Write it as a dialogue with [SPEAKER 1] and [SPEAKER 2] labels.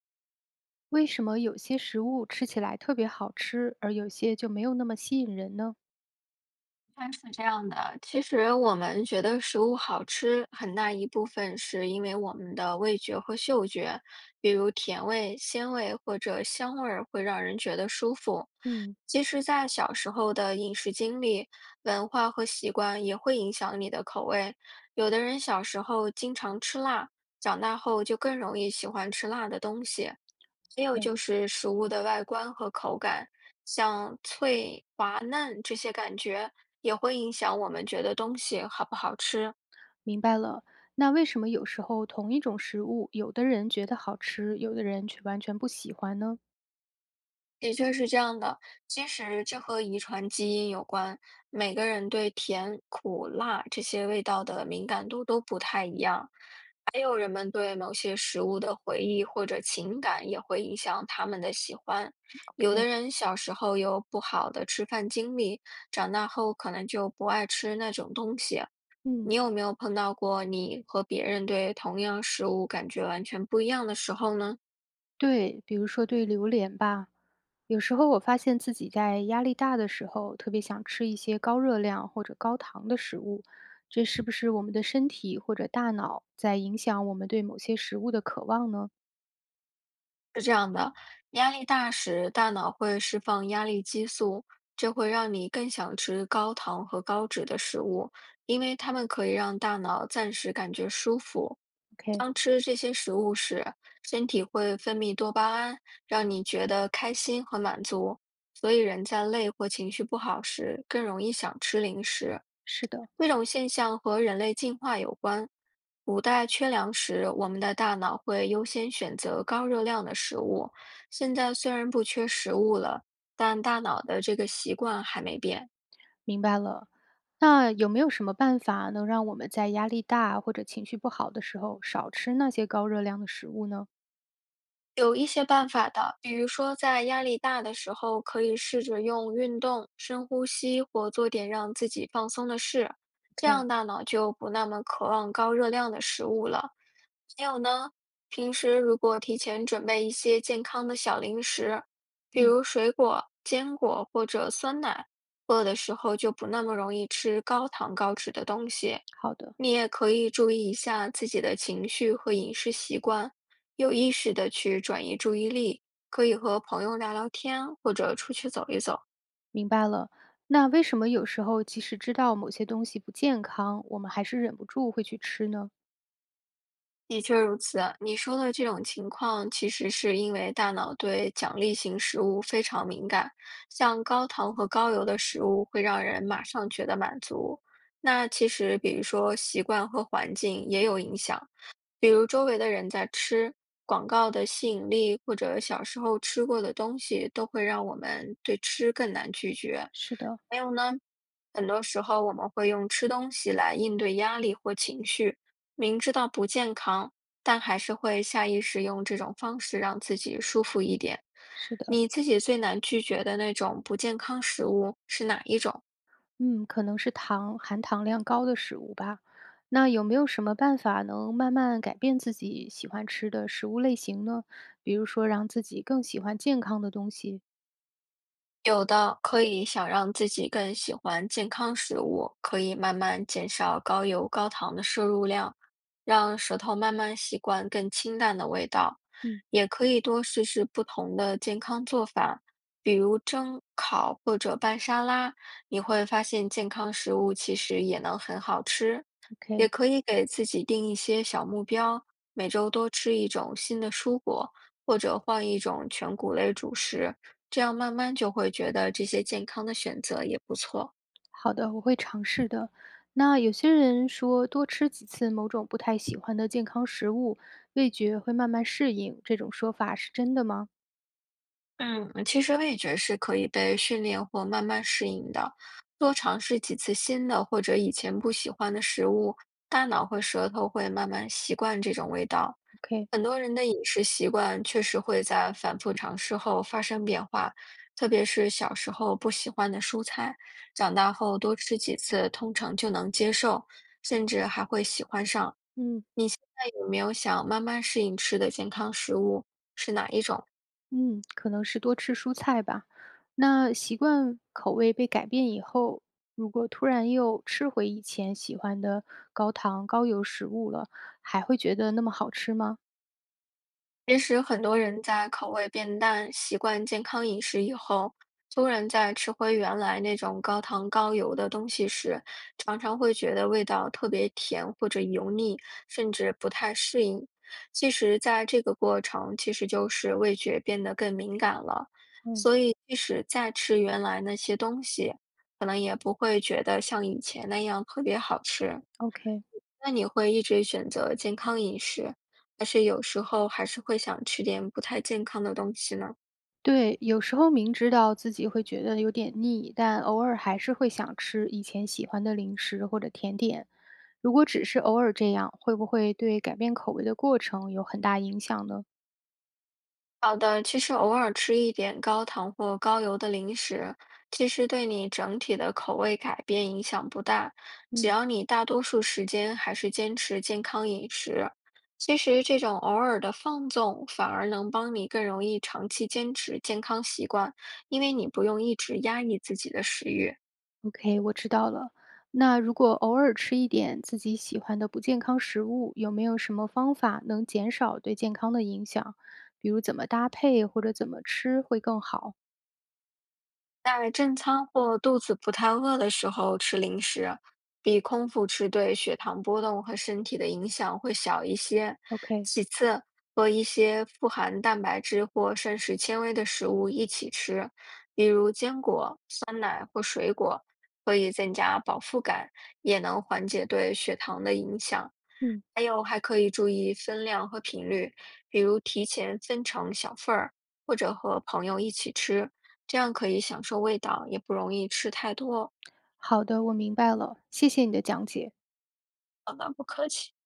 [SPEAKER 1] 为什么有些食物吃起来特别好吃，而有些就没有那么吸引人呢？
[SPEAKER 2] 它是这样的，其实我们觉得食物好吃，很大一部分是因为我们的味觉和嗅觉，比如甜味、鲜味或者香味儿会让人觉得舒服。
[SPEAKER 1] 嗯。
[SPEAKER 2] 其实，在小时候的饮食经历、文化和习惯也会影响你的口味。有的人小时候经常吃辣，长大后就更容易喜欢吃辣的东西。还有
[SPEAKER 1] 对。
[SPEAKER 2] 就是食物的外观和口感，像脆、滑嫩这些感觉，也会影响我们觉得东西好不好吃。
[SPEAKER 1] 明白了。那为什么有时候同一种食物，有的人觉得好吃，有的人却完全不喜欢呢？
[SPEAKER 2] 的确是这样的，其实这和遗传基因有关，每个人对甜、苦、辣这些味道的敏感度都不太一样。还有人们对某些食物的回忆或者情感也会影响他们的喜欢。有
[SPEAKER 1] OK。
[SPEAKER 2] 的人小时候有不好的吃饭经历，长大后可能就不爱吃那种东西。
[SPEAKER 1] 嗯。
[SPEAKER 2] 你有没有碰到过你和别人对同样食物感觉完全不一样的时候呢？
[SPEAKER 1] 对，比如说对榴莲吧，有时候我发现自己在压力大的时候，特别想吃一些高热量或者高糖的食物，这是不是我们的身体或者大脑在影响我们对某些食物的渴望呢？
[SPEAKER 2] 是这样的，压力大时，大脑会释放压力激素，这会让你更想吃高糖和高脂的食物，因为它们可以让大脑暂时感觉舒服。
[SPEAKER 1] ，OK。
[SPEAKER 2] 当吃这些食物时，身体会分泌多巴胺，让你觉得开心和满足，所以人在累或情绪不好时，更容易想吃零食。
[SPEAKER 1] 是的。
[SPEAKER 2] 这种现象和人类进化有关。古代缺粮时，我们的大脑会优先选择高热量的食物。现在虽然不缺食物了，但大脑的这个习惯还没变。
[SPEAKER 1] 明白了。那有没有什么办法能让我们在压力大或者情绪不好的时候少吃那些高热量的食物呢
[SPEAKER 2] 有一些办法的，比如说在压力大的时候，可以试着用运动、深呼吸或做点让自己放松的事，这
[SPEAKER 1] ？OK。
[SPEAKER 2] 样大脑就不那么渴望高热量的食物了。还有呢，平时如果提前准备一些健康的小零食，比
[SPEAKER 1] 嗯。
[SPEAKER 2] 如水果、坚果或者酸奶，饿的时候就不那么容易吃高糖高脂的东西。
[SPEAKER 1] 好的。
[SPEAKER 2] 你也可以注意一下自己的情绪和饮食习惯，有意识的去转移注意力，可以和朋友聊聊天，或者出去走一走。
[SPEAKER 1] 明白了。那为什么有时候即使知道某些东西不健康，我们还是忍不住会去吃呢？
[SPEAKER 2] 的确如此啊，你说的这种情况，其实是因为大脑对奖励型食物非常敏感，像高糖和高油的食物会让人马上觉得满足。那其实，比如说习惯和环境也有影响，比如周围的人在吃，广告的吸引力或者小时候吃过的东西，都会让我们对吃更难拒绝。
[SPEAKER 1] 是的。
[SPEAKER 2] 还有呢，很多时候我们会用吃东西来应对压力或情绪，明知道不健康，但还是会下意识用这种方式让自己舒服一点。
[SPEAKER 1] 是的。
[SPEAKER 2] 你自己最难拒绝的那种不健康食物是哪一种？
[SPEAKER 1] 嗯，可能是糖含糖量高的食物吧。那有没有什么办法能慢慢改变自己喜欢吃的食物类型呢？比如说让自己更喜欢健康的东西。
[SPEAKER 2] 有的可以想让自己更喜欢健康食物，可以慢慢减少高油高糖的摄入量，让舌头慢慢习惯更清淡的味道。
[SPEAKER 1] 嗯
[SPEAKER 2] 也可以多试试不同的健康做法，比如蒸、烤或者拌沙拉，你会发现健康食物其实也能很好吃。也
[SPEAKER 1] ，OK。
[SPEAKER 2] 可以给自己定一些小目标，每周多吃一种新的蔬果，或者换一种全谷类主食。这样慢慢就会觉得这些健康的选择也不错。
[SPEAKER 1] 好的，我会尝试的。那有些人说，多吃几次某种不太喜欢的健康食物，味觉会慢慢适应，这种说法是真的吗
[SPEAKER 2] 嗯，其实味觉是可以被训练或慢慢适应的。多尝试几次新的或者以前不喜欢的食物，大脑和舌头会慢慢习惯这种味道。
[SPEAKER 1] ？OK。
[SPEAKER 2] 很多人的饮食习惯确实会在反复尝试后发生变化，特别是小时候不喜欢的蔬菜，长大后多吃几次，通常就能接受，甚至还会喜欢上。
[SPEAKER 1] 嗯。
[SPEAKER 2] 你现在有没有想慢慢适应吃的健康食物？是哪一种？
[SPEAKER 1] 嗯，可能是多吃蔬菜吧。那习惯口味被改变以后，如果突然又吃回以前喜欢的高糖高油食物了，还会觉得那么好吃吗？
[SPEAKER 2] 其实很多人在口味变淡、习惯健康饮食以后，突然在吃回原来那种高糖高油的东西时，常常会觉得味道特别甜或者油腻，甚至不太适应。其实，在这个过程，其实就是味觉变得更敏感了，
[SPEAKER 1] 嗯
[SPEAKER 2] 所以即使再吃原来那些东西，可能也不会觉得像以前那样特别好吃。
[SPEAKER 1] ，OK。
[SPEAKER 2] 那你会一直选择健康饮食，还是有时候还是会想吃点不太健康的东西呢？
[SPEAKER 1] 对，有时候明知道自己会觉得有点腻，但偶尔还是会想吃以前喜欢的零食或者甜点。如果只是偶尔这样，会不会对改变口味的过程有很大影响呢？
[SPEAKER 2] 好的，其实偶尔吃一点高糖或高油的零食，其实对你整体的口味改变影响不大，只
[SPEAKER 1] 嗯
[SPEAKER 2] 要你大多数时间还是坚持健康饮食。其实这种偶尔的放纵，反而能帮你更容易长期坚持健康习惯，因为你不用一直压抑自己的食欲。
[SPEAKER 1] ，OK，我知道了。那如果偶尔吃一点自己喜欢的不健康食物，有没有什么方法能减少对健康的影响？比如怎么搭配或者怎么吃会更好
[SPEAKER 2] 在正餐或肚子不太饿的时候吃零食，比空腹吃对血糖波动和身体的影响会小一些。
[SPEAKER 1] ？OK。
[SPEAKER 2] 其次，和一些富含蛋白质或膳食纤维的食物一起吃，比如坚果、酸奶或水果，可以增加饱腹感，也能缓解对血糖的影响。
[SPEAKER 1] 嗯。
[SPEAKER 2] 还有，还可以注意分量和频率，比如提前分成小份儿。或者和朋友一起吃，这样可以享受味道，也不容易吃太多。
[SPEAKER 1] 好的，我明白了，谢谢你的讲解。
[SPEAKER 2] 好的，不客气。